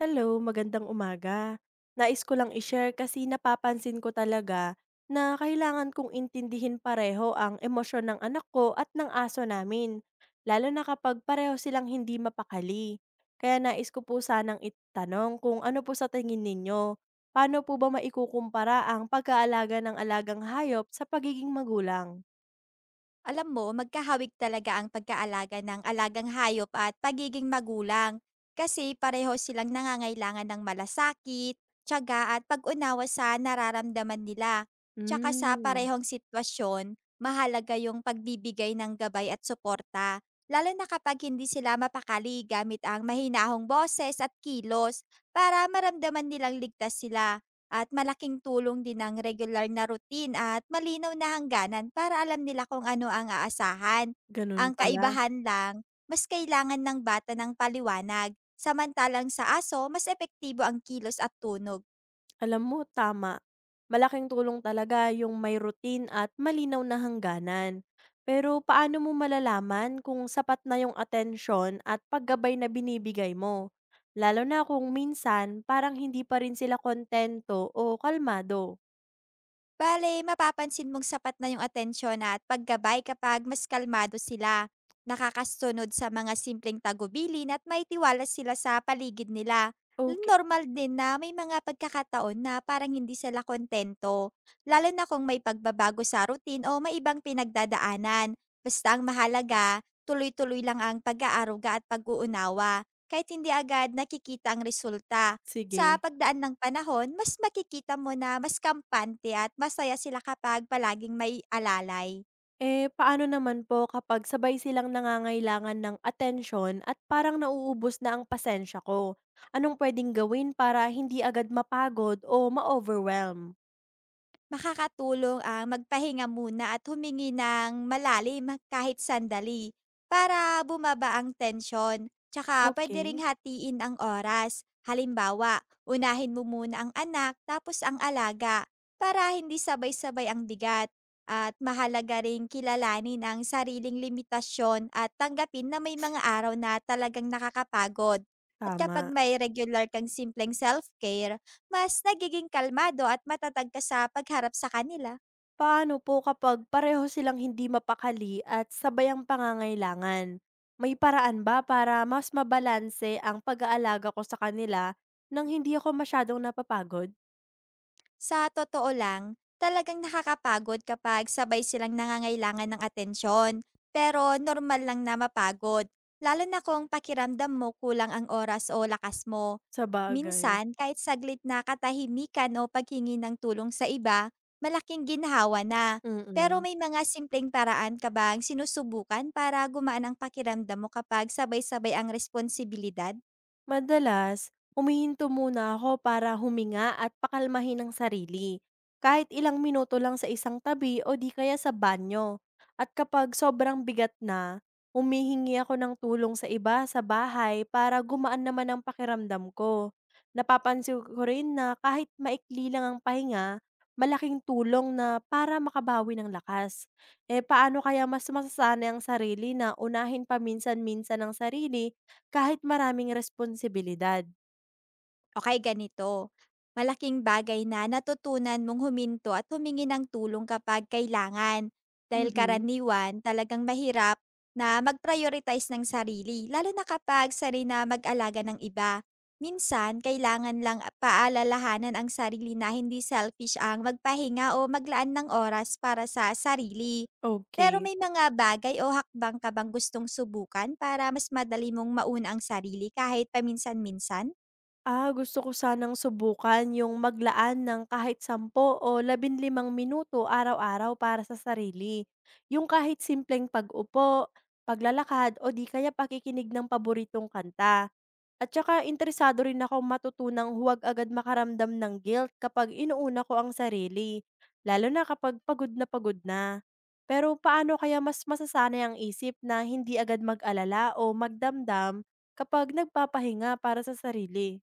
Hello, magandang umaga. Nais ko lang i-share kasi napapansin ko talaga na kailangan kong intindihin pareho ang emosyon ng anak ko at ng aso namin, lalo na kapag pareho silang hindi mapakali. Kaya nais ko po sanang itanong kung ano po sa tingin ninyo, paano po ba maikukumpara ang pag-aalaga ng alagang hayop sa pagiging magulang? Alam mo, magkahawig talaga ang pagkaalaga ng alagang hayop at pagiging magulang kasi pareho silang nangangailangan ng malasakit, tiyaga at pag-unawa sa nararamdaman nila. Tsaka sa Hmm. parehong sitwasyon, mahalaga yung pagbibigay ng gabay at suporta, lalo na kapag hindi sila mapakali gamit ang mahinahong boses at kilos para maramdaman nilang ligtas sila. At malaking tulong din ang regular na routine at malinaw na hangganan para alam nila kung ano ang aasahan. Ganun Ang pala. kaibahan lang, mas kailangan ng bata ng paliwanag, samantalang sa aso mas epektibo ang kilos at tunog. Alam mo, tama. Malaking tulong talaga yung may routine at malinaw na hangganan. Pero paano mo malalaman kung sapat na yung atensyon at paggabay na binibigay mo? Lalo na kung minsan parang hindi pa rin sila kontento o kalmado. Bale, mapapansin mong sapat na yung atensyon at paggabay kapag mas kalmado sila. Nakakasunod sa mga simpleng tagubilin at may tiwala sila sa paligid nila. Okay, Normal din na may mga pagkakataon na parang hindi sila kontento, lalo na kung may pagbabago sa routine o may ibang pinagdadaanan. Basta ang mahalaga, tuloy-tuloy lang ang pag-aaruga at pag-uunawa, kahit hindi agad nakikita ang resulta. Sa sige. pagdaan ng panahon, mas makikita mo na mas kampante at masaya sila kapag palaging may alalay. Eh, paano naman po kapag sabay silang nangangailangan ng atensyon at parang nauubos na ang pasensya ko? Anong pwedeng gawin para hindi agad mapagod o ma-overwhelm? Makakatulong ang magpahinga muna at humingi ng malalim kahit sandali para bumaba ang tensyon. Tsaka pwede ring Okay. hatiin ang oras. Halimbawa, unahin mo muna ang anak tapos ang alaga para hindi sabay-sabay ang bigat. At mahalaga ring kilalanin ang sariling limitasyon at tanggapin na may mga araw na talagang nakakapagod. At kapag Tama. may regular kang simpleng self-care, mas nagiging kalmado at matatag ka sa pagharap sa kanila. Paano po kapag pareho silang hindi mapakali at sabay ang pangangailangan? May paraan ba para mas mabalanse ang pag-aalaga ko sa kanila nang hindi ako masyadong napapagod? Sa totoo lang, talagang nakakapagod kapag sabay silang nangangailangan ng atensyon. Pero normal lang na mapagod, lalo na kung pakiramdam mo kulang ang oras o lakas mo. Sabagay. Minsan, kahit saglit na katahimikan o paghingi ng tulong sa iba, malaking ginhawa na. Pero Mm. may mga simpleng paraan ka bang sinusubukan para gumaan ang pakiramdam mo kapag sabay-sabay ang responsibilidad? Madalas, humihinto muna ako para huminga at pakalmahin ang sarili. Kahit ilang minuto lang sa isang tabi o di kaya sa banyo. At kapag sobrang bigat na, humihingi ako ng tulong sa iba sa bahay para gumaan naman ang pakiramdam ko. Napapansin ko rin na kahit maikli lang ang pahinga, malaking tulong na para makabawi ng lakas. Eh paano kaya mas masasanay ang sarili na unahin paminsan-minsan ang sarili kahit maraming responsibilidad? Okay, ganito. Malaking bagay na natutunan mong huminto at humingi ng tulong kapag kailangan. Dahil Mhm. karaniwan, talagang mahirap na mag-prioritize ng sarili, lalo na kapag sarili na mag-alaga ng iba. Minsan, kailangan lang paalalahanan ang sarili na hindi selfish ang magpahinga o maglaan ng oras para sa sarili. Okey. Pero may mga bagay o hakbang ka bang gustong subukan para mas madali mong mauna ang sarili kahit paminsan-minsan? Ah, gusto ko sanang subukan yung maglaan ng kahit 10 o 15 minuto araw-araw para sa sarili. Yung kahit simpleng pag-upo, paglalakad o di kaya pakikinig ng paboritong kanta. At saka interesado rin ako matutunang huwag agad makaramdam ng guilt kapag inuuna ko ang sarili, lalo na kapag pagod na pagod na. Pero paano kaya mas masasanay ang isip na hindi agad mag-alala o magdamdam kapag nagpapahinga para sa sarili?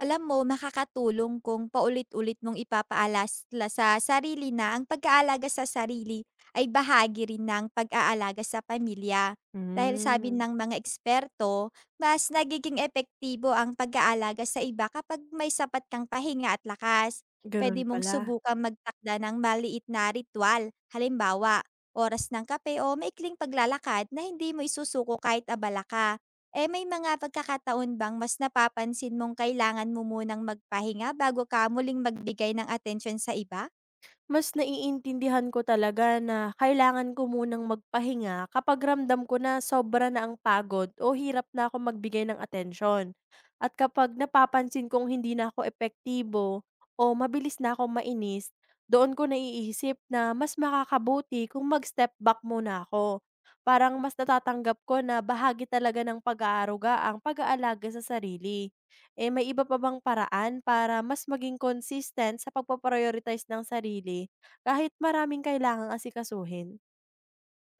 Alam mo, makakatulong kung paulit-ulit mong ipapaalala sa sarili na ang pag-aalaga sa sarili ay bahagi rin ng pag-aalaga sa pamilya. Dahil sabi Hmm, ng mga eksperto, mas nagiging epektibo ang pag-aalaga sa iba kapag may sapat kang pahinga at lakas. ganun Pwede mong pala. subukan magtakda ng maliit na ritual, halimbawa, oras ng kape o maikling paglalakad na hindi mo isusuko kahit abala ka. Eh, may mga pagkakataon bang mas napapansin mong kailangan mo munang magpahinga bago ka muling magbigay ng atensyon sa iba? Mas naiintindihan ko talaga na kailangan ko munang magpahinga kapag ramdam ko na sobra na ang pagod o hirap na ako magbigay ng atensyon. At kapag napapansin kong hindi na ako epektibo o mabilis na akong mainis, doon ko naiisip na mas makakabuti kung mag-step back muna ako. Parang mas natatanggap ko na bahagi talaga ng pag-aaruga ang pag-aalaga sa sarili. Eh, may iba pa bang paraan para mas maging consistent sa pagpaprioritize ng sarili kahit maraming kailangang asikasuhin?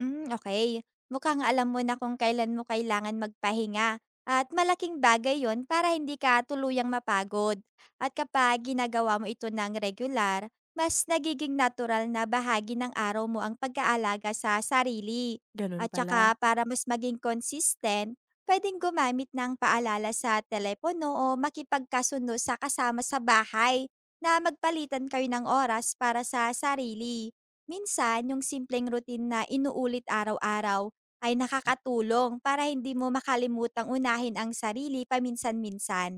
Hmm, okay. Mukhang alam mo na kung kailan mo kailangan magpahinga at malaking bagay 'yon para hindi ka tuluyang mapagod. At kapag ginagawa mo ito ng regular, mas nagiging natural na bahagi ng araw mo ang pag-aalaga sa sarili. Ganun At pala. saka para mas maging consistent, puwedeng gumamit ng paalala sa telepono o makipagkasundo sa kasama sa bahay na magpalitan kayo ng oras para sa sarili. Minsan, yung simpleng routine na inuulit araw-araw ay nakakatulong para hindi mo makalimutang unahin ang sarili paminsan-minsan.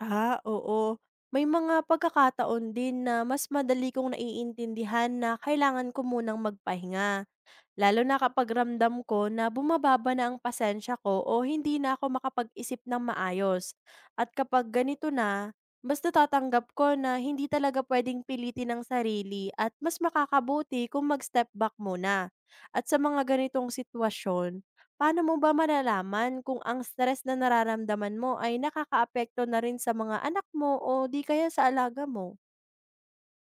Ah, oo. May mga pagkakataon din na mas madali kong naiintindihan na kailangan ko munang magpahinga. Lalo na kapag ramdam ko na bumababa na ang pasensya ko o hindi na ako makapag-isip ng maayos. At kapag ganito na, mas natatanggap ko na hindi talaga pwedeng pilitin ang sarili at mas makakabuti kung mag-step back muna. At sa mga ganitong sitwasyon, paano mo ba malalaman kung ang stress na nararamdaman mo ay nakakaapekto na rin sa mga anak mo o di kaya sa alaga mo?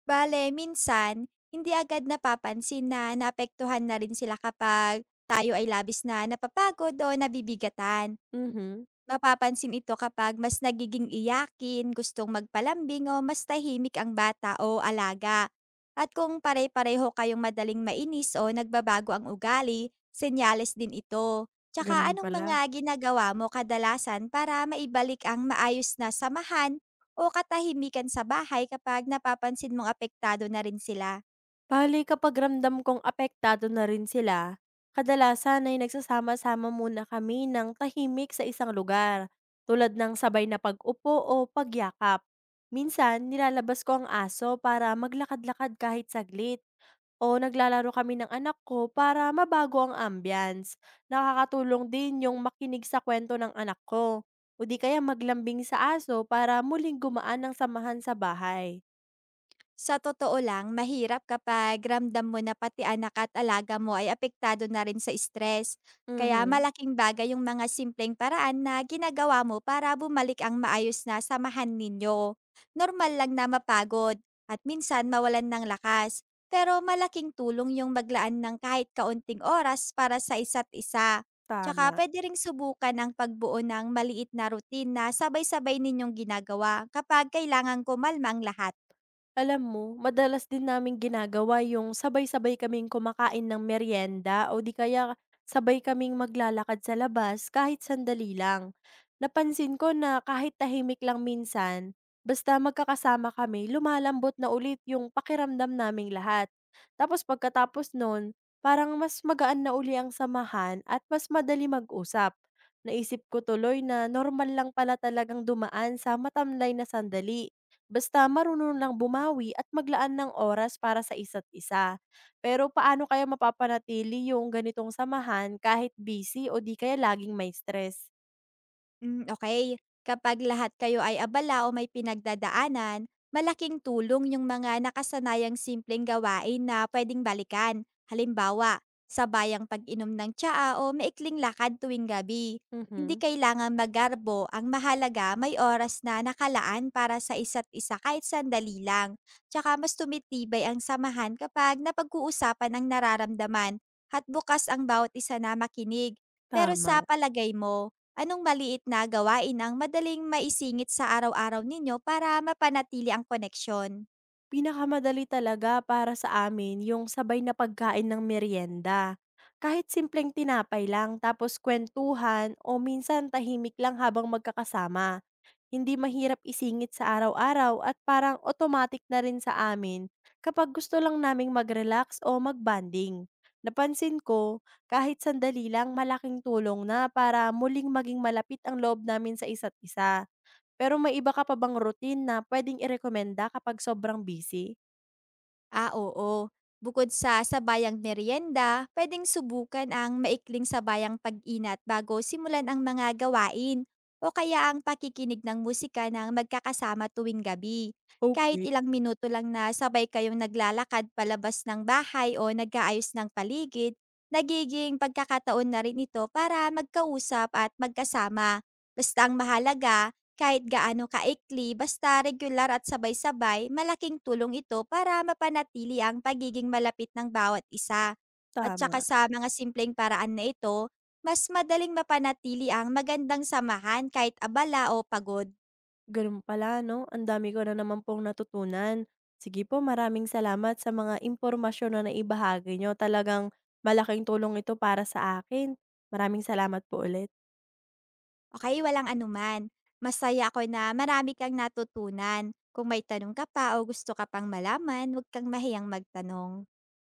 Bale, minsan, hindi agad napapansin na naapektuhan na rin sila kapag tayo ay labis na napapagod o nabibigatan. Mhm, Mapapansin ito kapag mas nagiging iyakin, gustong magpalambing o mas tahimik ang bata o alaga. At kung pare-pareho kayong madaling mainis o nagbabago ang ugali, senyales din ito. Tsaka ganun anong pala. mga ginagawa mo kadalasan para maibalik ang maayos na samahan o katahimikan sa bahay kapag napapansin mong apektado na rin sila? Bale kapag ramdam kong apektado na rin sila, kadalasan ay nagsasama-sama muna kami ng tahimik sa isang lugar, tulad ng sabay na pag-upo o pagyakap. Minsan, nilalabas ko ang aso para maglakad-lakad kahit saglit, o naglalaro kami ng anak ko para mabago ang ambience. Nakakatulong din yung makinig sa kwento ng anak ko, o di kaya maglambing sa aso para muling gumaan ang samahan sa bahay. Sa totoo lang, mahirap kapag ramdam mo na pati anak at alaga mo ay apektado na rin sa stress. Kaya Mhm, malaking bagay yung mga simpleng paraan na ginagawa mo para bumalik ang maayos na samahan ninyo. Normal lang na mapagod at minsan mawalan ng lakas. Pero malaking tulong yung maglaan ng kahit kaunting oras para sa isa't isa. Tsaka tama. pwede ring subukan ang pagbuo ng maliit na routine na sabay-sabay ninyong ginagawa kapag kailangan kumalma ang lahat. Alam mo, madalas din namin ginagawa yung sabay-sabay kaming kumakain ng merienda o di kaya sabay kaming maglalakad sa labas kahit sandali lang. Napansin ko na kahit tahimik lang minsan, basta magkakasama kami, lumalambot na ulit yung pakiramdam naming lahat. Tapos pagkatapos nun, parang mas magaan na uli ang samahan at mas madali mag-usap. Naisip ko tuloy na normal lang pala talagang dumaan sa matamlay na sandali. Basta marunong lang bumawi at maglaan ng oras para sa isa't isa. Pero paano kaya mapapanatili yung ganitong samahan kahit busy o di kaya laging may stress? Hmm, okay. Kapag lahat kayo ay abala o may pinagdadaanan, malaking tulong yung mga nakasanayang simpleng gawain na pwedeng balikan. Halimbawa, sabayang pag-inom ng tsaa o maikling lakad tuwing gabi. Hindi Mhm. kailangan magarbo, ang mahalaga may oras na nakalaan para sa isa't isa kahit sandali lang. Tsaka mas tumitibay ang samahan kapag napag-uusapan ang nararamdaman at bukas ang bawat isa na makinig. Pero sa Tama. palagay mo, anong maliit na gawain ang madaling maisingit sa araw-araw ninyo para mapanatili ang koneksyon? Pinakamadali talaga para sa amin yung sabay na pagkain ng merienda. Kahit simpleng tinapay lang tapos kwentuhan o minsan tahimik lang habang magkakasama. Hindi mahirap isingit sa araw-araw at parang automatic na rin sa amin kapag gusto lang naming mag-relax o mag-bonding. Napansin ko, kahit sandali lang malaking tulong na para muling maging malapit ang loob namin sa isa't isa. Pero may iba ka pa bang routine na pwedeng irekomenda kapag sobrang busy? Ah, oo. Bukod sa sabayang merienda, pwedeng subukan ang maikling sabayang pag-inat bago simulan ang mga gawain o kaya ang pakikinig ng musika ng magkakasama tuwing gabi. Kahit Okay. ilang minuto lang na sabay kayong naglalakad palabas ng bahay o nag-aayos ng paligid, nagiging pagkakataon na rin ito para magkausap at magkasama. Basta ang mahalaga, kahit gaano kaikli, basta regular at sabay-sabay, malaking tulong ito para mapanatili ang pagiging malapit ng bawat isa. At saka Tama. sa mga simpleng paraan na ito, mas madaling mapanatili ang magandang samahan kahit abala o pagod. Ganun pala 'no, ang dami ko na naman pong natutunan. Sige po, maraming salamat sa mga impormasyon na naibahagi niyo. Talagang malaking tulong ito para sa akin. Maraming salamat po ulit. Okay, walang anuman. Masaya ako na marami kang natutunan. Kung may tanong ka pa o gusto ka pang malaman, huwag kang mahiyang magtanong.